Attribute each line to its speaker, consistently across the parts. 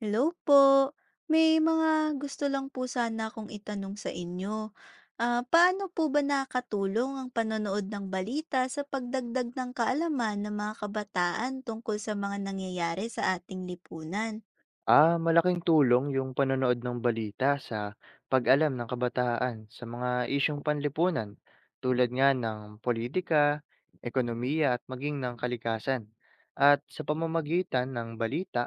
Speaker 1: Hello po. May mga gusto lang po sana akong itanong sa inyo. Ah, paano po ba nakatulong ang panonood ng balita sa pagdagdag ng kaalaman ng mga kabataan tungkol sa mga nangyayari sa ating lipunan?
Speaker 2: Ah, malaking tulong yung panonood ng balita sa pag-alam ng kabataan sa mga isyung panlipunan tulad nga ng politika, ekonomiya at maging ng kalikasan. At sa pamamagitan ng balita,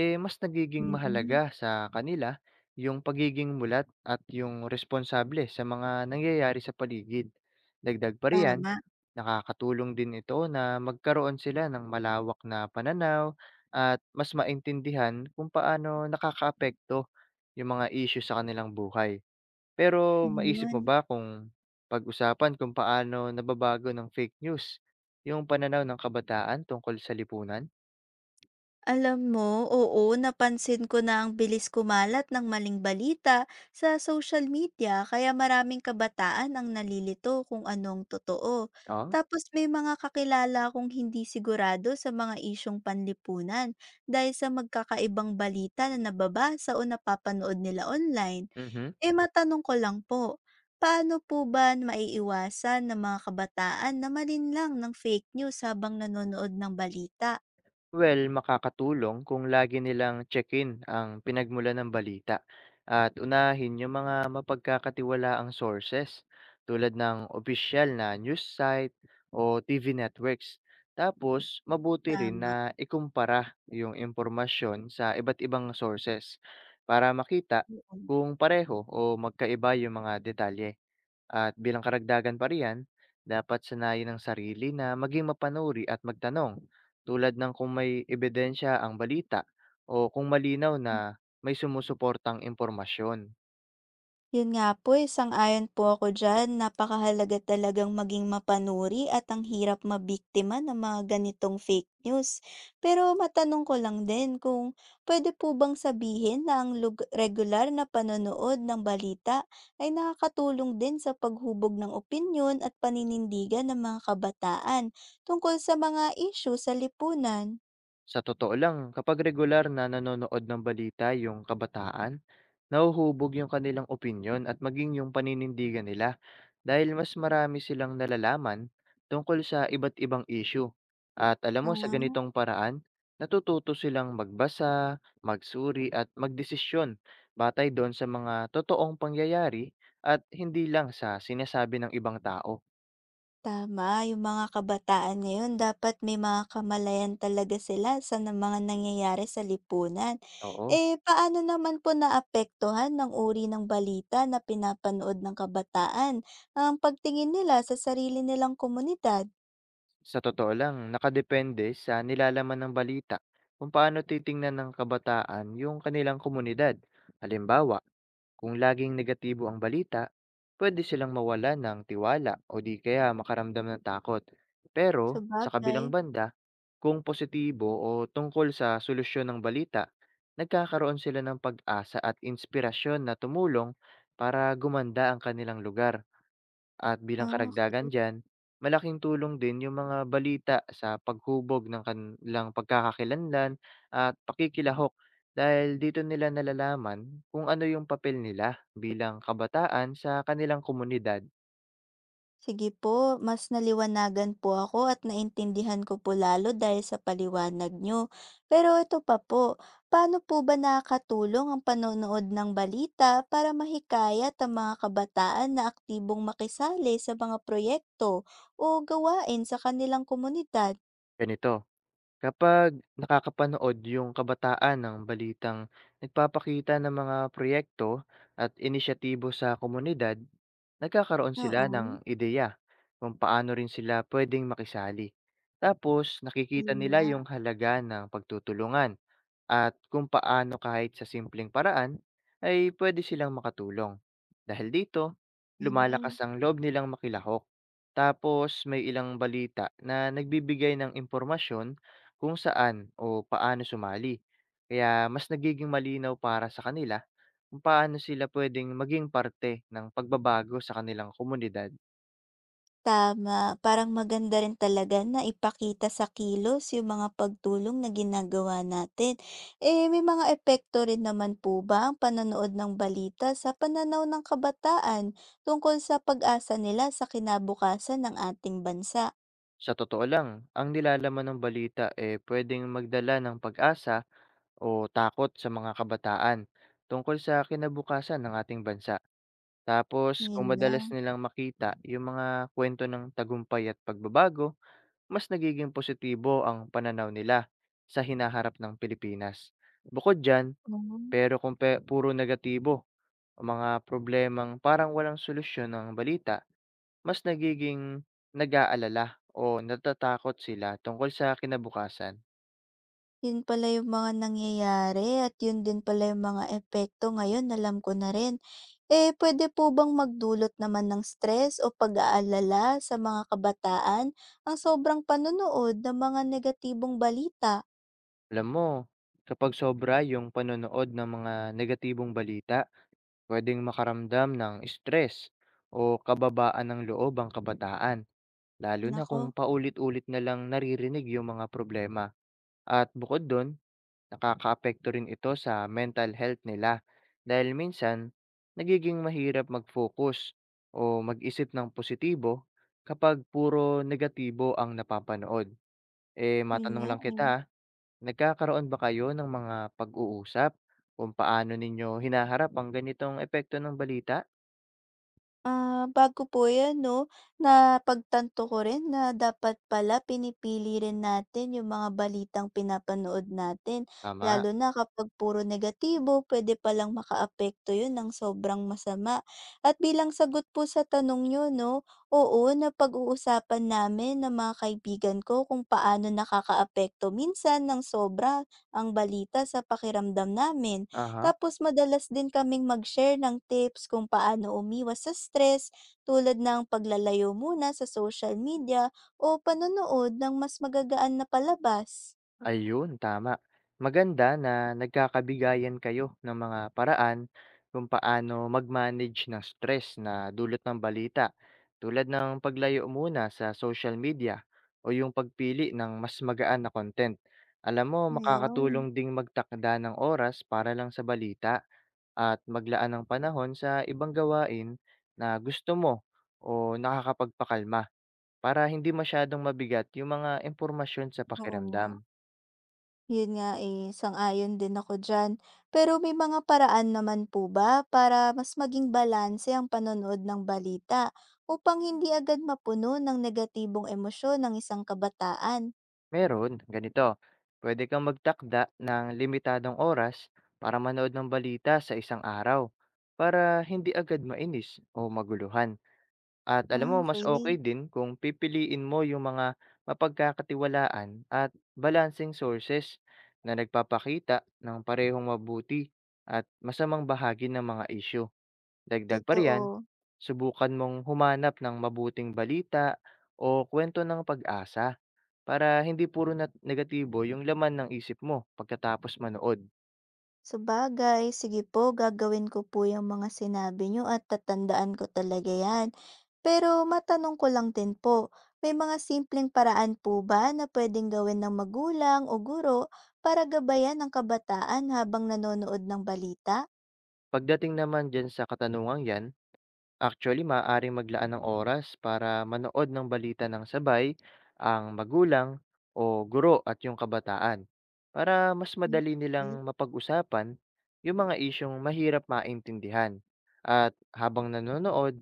Speaker 2: eh, mas nagiging
Speaker 1: Mm,
Speaker 2: mahalaga sa kanila yung pagiging mulat at yung responsable sa mga nangyayari sa paligid. Dagdag pa riyan,
Speaker 1: tama,
Speaker 2: nakakatulong din ito na magkaroon sila ng malawak na pananaw at mas maintindihan kung paano nakakaapekto yung mga issue sa kanilang buhay. Pero maisip mo
Speaker 1: ayun.
Speaker 2: ba kung pag-usapan kung paano nababago ng fake news yung pananaw ng kabataan tungkol sa lipunan?
Speaker 1: Alam mo, oo, napansin ko na ang bilis kumalat ng maling balita sa social media kaya maraming kabataan ang nalilito kung anong totoo.
Speaker 2: Oo.
Speaker 1: Tapos may mga kakilala akong hindi sigurado sa mga isyong panlipunan dahil sa magkakaibang balita na nababasa o napapanood nila online.
Speaker 2: Mhm.
Speaker 1: Eh matanong ko lang po, paano po ba maiiwasan ng mga kabataan na malinlang ng fake news habang nanonood ng balita?
Speaker 2: Well, makakatulong kung lagi nilang check-in ang pinagmulan ng balita at unahin yung mga mapagkakatiwalaang sources tulad ng opisyal na news site o TV networks. Tapos, mabuti rin na
Speaker 1: Tama.
Speaker 2: ikumpara yung impormasyon sa iba't ibang sources para makita
Speaker 1: Oo.
Speaker 2: kung pareho o magkaiba yung mga detalye. At bilang karagdagan pa riyan, dapat sanayin ang sarili na maging mapanuri at magtanong, tulad ng kung may ebidensya ang balita o kung malinaw na may sumusuportang impormasyon.
Speaker 1: Yun nga po eh, sang-ayon po ako diyan. Napakahalaga talagang maging mapanuri at ang hirap mabiktima ng mga ganitong fake news. Pero matanong ko lang din kung pwede po bang sabihin na ang regular na panonood ng balita ay nakakatulong din sa paghubog ng opinyon at paninindigan ng mga kabataan tungkol sa mga issue sa lipunan?
Speaker 2: Sa totoo lang, kapag regular na nanonood ng balita yung kabataan, nahuhubog yung kanilang opinyon at maging yung paninindigan nila. Dahil mas marami silang nalalaman tungkol sa iba't ibang issue. Mm. At alam mo, sa
Speaker 1: Ah.
Speaker 2: ganitong paraan, natututo silang magbasa, magsuri at magdesisyon batay doon sa mga totoong pangyayari at hindi lang sa sinasabi ng ibang tao.
Speaker 1: Tama, yung mga kabataan ngayon dapat may mga kamalayan talaga sila sa mga nangyayari sa lipunan.
Speaker 2: Oo.
Speaker 1: Eh, paano naman po naapektuhan ng uri ng balita na pinapanood ng kabataan ang pagtingin nila sa sarili nilang komunidad?
Speaker 2: Sa totoo lang, nakadepende sa nilalaman ng balita kung paano titingnan ng kabataan yung kanilang komunidad. Halimbawa, kung laging negatibo ang balita, pwede silang mawala ng tiwala o di kaya makaramdam ng takot. Pero sa kabilang
Speaker 1: Sabagay.
Speaker 2: banda, kung positibo o tungkol sa solusyon ng balita, nagkakaroon sila ng pag-asa at inspirasyon na tumulong para gumanda ang kanilang lugar. At bilang
Speaker 1: Ah,
Speaker 2: karagdagan diyan, malaking tulong din yung mga balita sa paghubog ng kanilang pagkakakilanlan at pakikilahok, dahil dito nila nalalaman kung ano yung papel nila bilang kabataan sa kanilang komunidad.
Speaker 1: sige po, mas naliwanagan po ako at naintindihan ko po lalo dahil sa paliwanag nyo. Pero ito pa po, paano po ba nakakatulong ang panonood ng balita para mahikayat ang mga kabataan na aktibong makisali sa mga proyekto o gawain sa kanilang komunidad?
Speaker 2: Ganito, kapag nakakapanood yung kabataan ng balitang nagpapakita ng mga proyekto at inisyatibo sa komunidad, nagkakaroon sila
Speaker 1: Oo,
Speaker 2: ng ideya kung paano rin sila pwedeng makisali. Tapos, nakikita
Speaker 1: yun
Speaker 2: nila
Speaker 1: nga,
Speaker 2: yung halaga ng pagtutulungan at kung paano kahit sa simpleng paraan ay pwede silang makatulong. Dahil dito, lumalakas
Speaker 1: yun.
Speaker 2: ang loob nilang makilahok. Tapos, may ilang balita na nagbibigay ng impormasyon kung saan o paano sumali. Kaya mas nagiging malinaw para sa kanila kung paano sila pwedeng maging parte ng pagbabago sa kanilang komunidad.
Speaker 1: Tama, parang maganda rin talaga na ipakita sa kilos yung mga pagtulong na ginagawa natin. Eh, may mga epekto rin naman po ba ang panonood ng balita sa pananaw ng kabataan tungkol sa pag-asa nila sa kinabukasan ng ating bansa?
Speaker 2: Sa totoo lang, ang nilalaman ng balita eh pwedeng magdala ng pag-asa o takot sa mga kabataan tungkol sa kinabukasan ng ating bansa. Tapos,
Speaker 1: Yun
Speaker 2: kung madalas
Speaker 1: lang.
Speaker 2: nilang makita yung mga kwento ng tagumpay at pagbabago, mas nagiging positibo ang pananaw nila sa hinaharap ng Pilipinas. Bukod dyan,
Speaker 1: Oo.
Speaker 2: pero kung puro negatibo o mga problemang parang walang solusyon ng balita, mas nagiging nag-aalala o natatakot sila tungkol sa kinabukasan.
Speaker 1: Yun pala yung mga nangyayari at yun din pala yung mga epekto ngayon alam ko na rin. Eh, pwede po bang magdulot naman ng stress o pag-aalala sa mga kabataan ang sobrang panonood ng mga negatibong balita?
Speaker 2: Alam mo, kapag sobra yung panonood ng mga negatibong balita, pwedeng makaramdam ng stress o kababaan ng loob ang kabataan, lalo na
Speaker 1: Nako,
Speaker 2: kung paulit-ulit na lang naririnig yung mga problema. At bukod doon, nakakaapekto rin ito sa mental health nila, dahil minsan nagiging mahirap mag-focus o mag-isip ng positibo kapag puro negatibo ang napapanood. Eh,
Speaker 1: yun
Speaker 2: matanong
Speaker 1: nga,
Speaker 2: lang
Speaker 1: eh.
Speaker 2: kita, nagkakaroon ba kayo ng mga pag-uusap kung paano ninyo hinaharap ang ganitong epekto ng balita?
Speaker 1: Ah, bago po 'yan 'no, napagtanto ko rin na dapat pala pinipili rin natin yung mga balitang pinapanood natin.
Speaker 2: Tama.
Speaker 1: Lalo na kapag puro negatibo, puwede palang makaapekto yun ng sobrang masama. At bilang sagot po sa tanong niyo 'no, oo, napag-uusapan namin ng mga kaibigan ko kung paano nakakaapekto minsan ng sobra ang balita sa pakiramdam namin.
Speaker 2: Aha.
Speaker 1: Tapos madalas din kaming mag-share ng tips kung paano umiwas sa stress tulad ng paglalayo muna sa social media o panonood ng mas magagaan na palabas.
Speaker 2: Ayun, tama. Maganda na nagkakabigayan kayo ng mga paraan kung paano mag-manage ng stress na dulot ng balita. Tulad ng paglayo muna sa social media o yung pagpili ng mas magaan na content. Alam mo,
Speaker 1: Ayun,
Speaker 2: makakatulong ding magtakda ng oras para lang sa balita at maglaan ng panahon sa ibang gawain na gusto mo o nakakapagpakalma, para hindi masyadong mabigat yung mga impormasyon sa
Speaker 1: oo nga.
Speaker 2: pakiramdam.
Speaker 1: Yun nga eh, sang-ayon din ako diyan. Pero may mga paraan naman po ba para mas maging balanse ang panonood ng balita upang hindi agad mapuno ng negatibong emosyon ng isang kabataan?
Speaker 2: Meron, ganito, pwede kang magtakda ng limitadong oras para manood ng balita sa isang araw, para hindi agad mainis o maguluhan. At alam mo,
Speaker 1: Ah,
Speaker 2: mas okay
Speaker 1: okay.
Speaker 2: din kung pipiliin mo yung mga mapagkakatiwalaan at balancing sources na nagpapakita ng parehong mabuti at masamang bahagi ng mga isyu. Dagdag pa riyan,
Speaker 1: Totoo.
Speaker 2: subukan mong humanap ng mabuting balita o kwento ng pag-asa, para hindi puro negatibo yung laman ng isip mo pagkatapos manood.
Speaker 1: Sabagay, sige po gagawin ko po yang mga sinabi niyo at tatandaan ko talaga yan. Pero matanong ko lang din po, may mga simpleng paraan po ba na pwedeng gawin ng magulang o guro para gabayan ang kabataan habang nanonood ng balita?
Speaker 2: Pagdating naman diyan sa katanungang yan, Actually, maaaring maglaan ng oras para manood ng balita ng sabay ang magulang o guro at yung kabataan, para mas
Speaker 1: Hmm,
Speaker 2: madali
Speaker 1: uy,
Speaker 2: nilang mapag-usapan yung mga isyong mahirap maintindihan. At habang nanonood,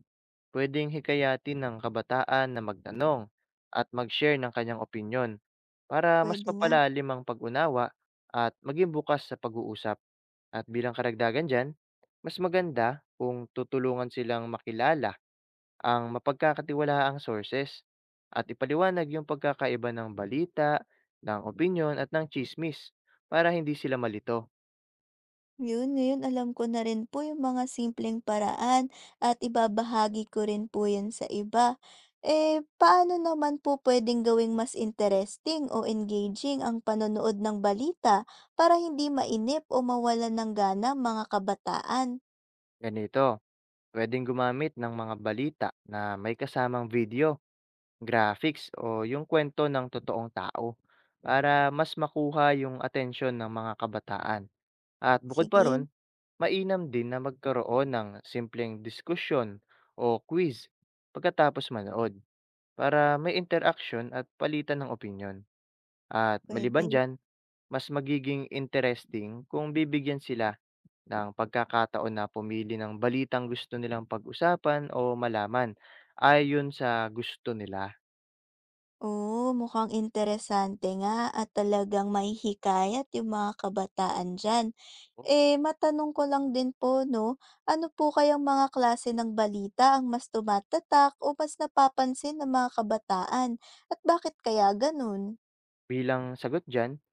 Speaker 2: pwedeng hikayatin ng kabataan na magtanong at mag-share ng kanyang opinyon, para mas
Speaker 1: puwede nga.
Speaker 2: mapalalim ang pag-unawa at maging bukas sa pag-uusap. At bilang karagdagan dyan, mas maganda kung tutulungan silang makilala ang mapagkakatiwalaang sources at ipaliwanag yung pagkakaiba ng balita, ng opinyon at ng chismis, para hindi sila malito.
Speaker 1: Yun, ngayon alam ko na rin po yung mga simpleng paraan at ibabahagi ko rin po yan sa iba. Eh, paano naman po pwedeng gawing mas interesting o engaging ang panonood ng balita para hindi mainip o mawala ng gana ang mga kabataan?
Speaker 2: Ganito, pwedeng gumamit ng mga balita na may kasamang video, graphics o yung kwento ng totoong tao, para mas makuha yung atensyon ng mga kabataan. At bukod pa
Speaker 1: Sige,
Speaker 2: ron, mainam din na magkaroon ng simpleng diskusyon o quiz pagkatapos manood, para may interaction at palitan ng opinyon. At
Speaker 1: pwede.
Speaker 2: maliban dyan, mas magiging interesting kung bibigyan sila ng pagkakataon na pumili ng balitang gusto nilang pag-usapan o malaman, ayon sa gusto nila.
Speaker 1: Oo, mukhang interesante nga at talagang mahihikayat yung mga kabataan dyan. Eh, matanong ko lang din po 'no, ano po kayang mga klase ng balita ang mas tumatatak o mas napapansin ng mga kabataan at bakit kaya gano'n?
Speaker 2: Bilang sagot dyan,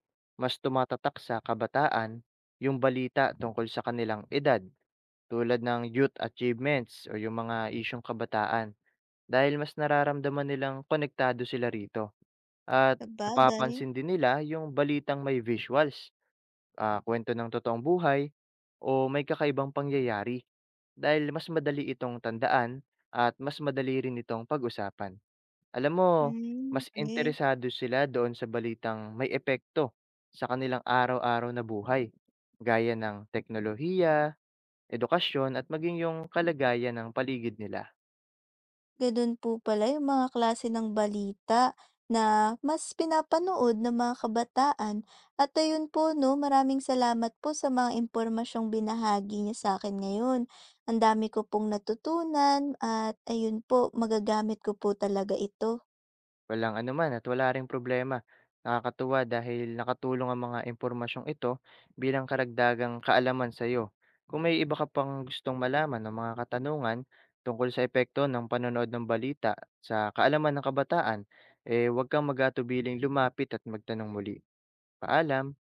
Speaker 2: mas tumatatak sa kabataan yung balita tungkol sa kanilang edad, tulad ng youth achievements o yung mga isyong kabataan, dahil mas nararamdaman nilang konektado sila rito. At
Speaker 1: Sabagay,
Speaker 2: napapansin din nila yung balitang may visuals, kuwento ng totoong buhay o may kakaibang pangyayari, dahil mas madali itong tandaan at mas madali rin itong pag-usapan. Alam mo,
Speaker 1: hmm,
Speaker 2: mas
Speaker 1: eh.
Speaker 2: interesado sila doon sa balitang may epekto sa kanilang araw-araw na buhay, gaya ng teknolohiya, edukasyon at maging yung kalagayan ng paligid nila.
Speaker 1: Gano'n po pala yung mga klase ng balita na mas pinapanood ng mga kabataan at ayun po 'no, maraming salamat po sa mga impormasyong binahagi niya sa akin ngayon. Ang dami ko pong natutunan at ayun po, magagamit ko po talaga ito.
Speaker 2: Walang anuman at wala ring problema. Nakakatuwa dahil nakatulong ang mga impormasyong ito bilang karagdagang kaalaman sa iyo. Kung may iba ka pang gustong malaman ng mga katanungan tungkol sa epekto ng panonood ng balita sa kaalaman ng kabataan, eh huwag kang magatubiling lumapit at magtanong muli. Paalam!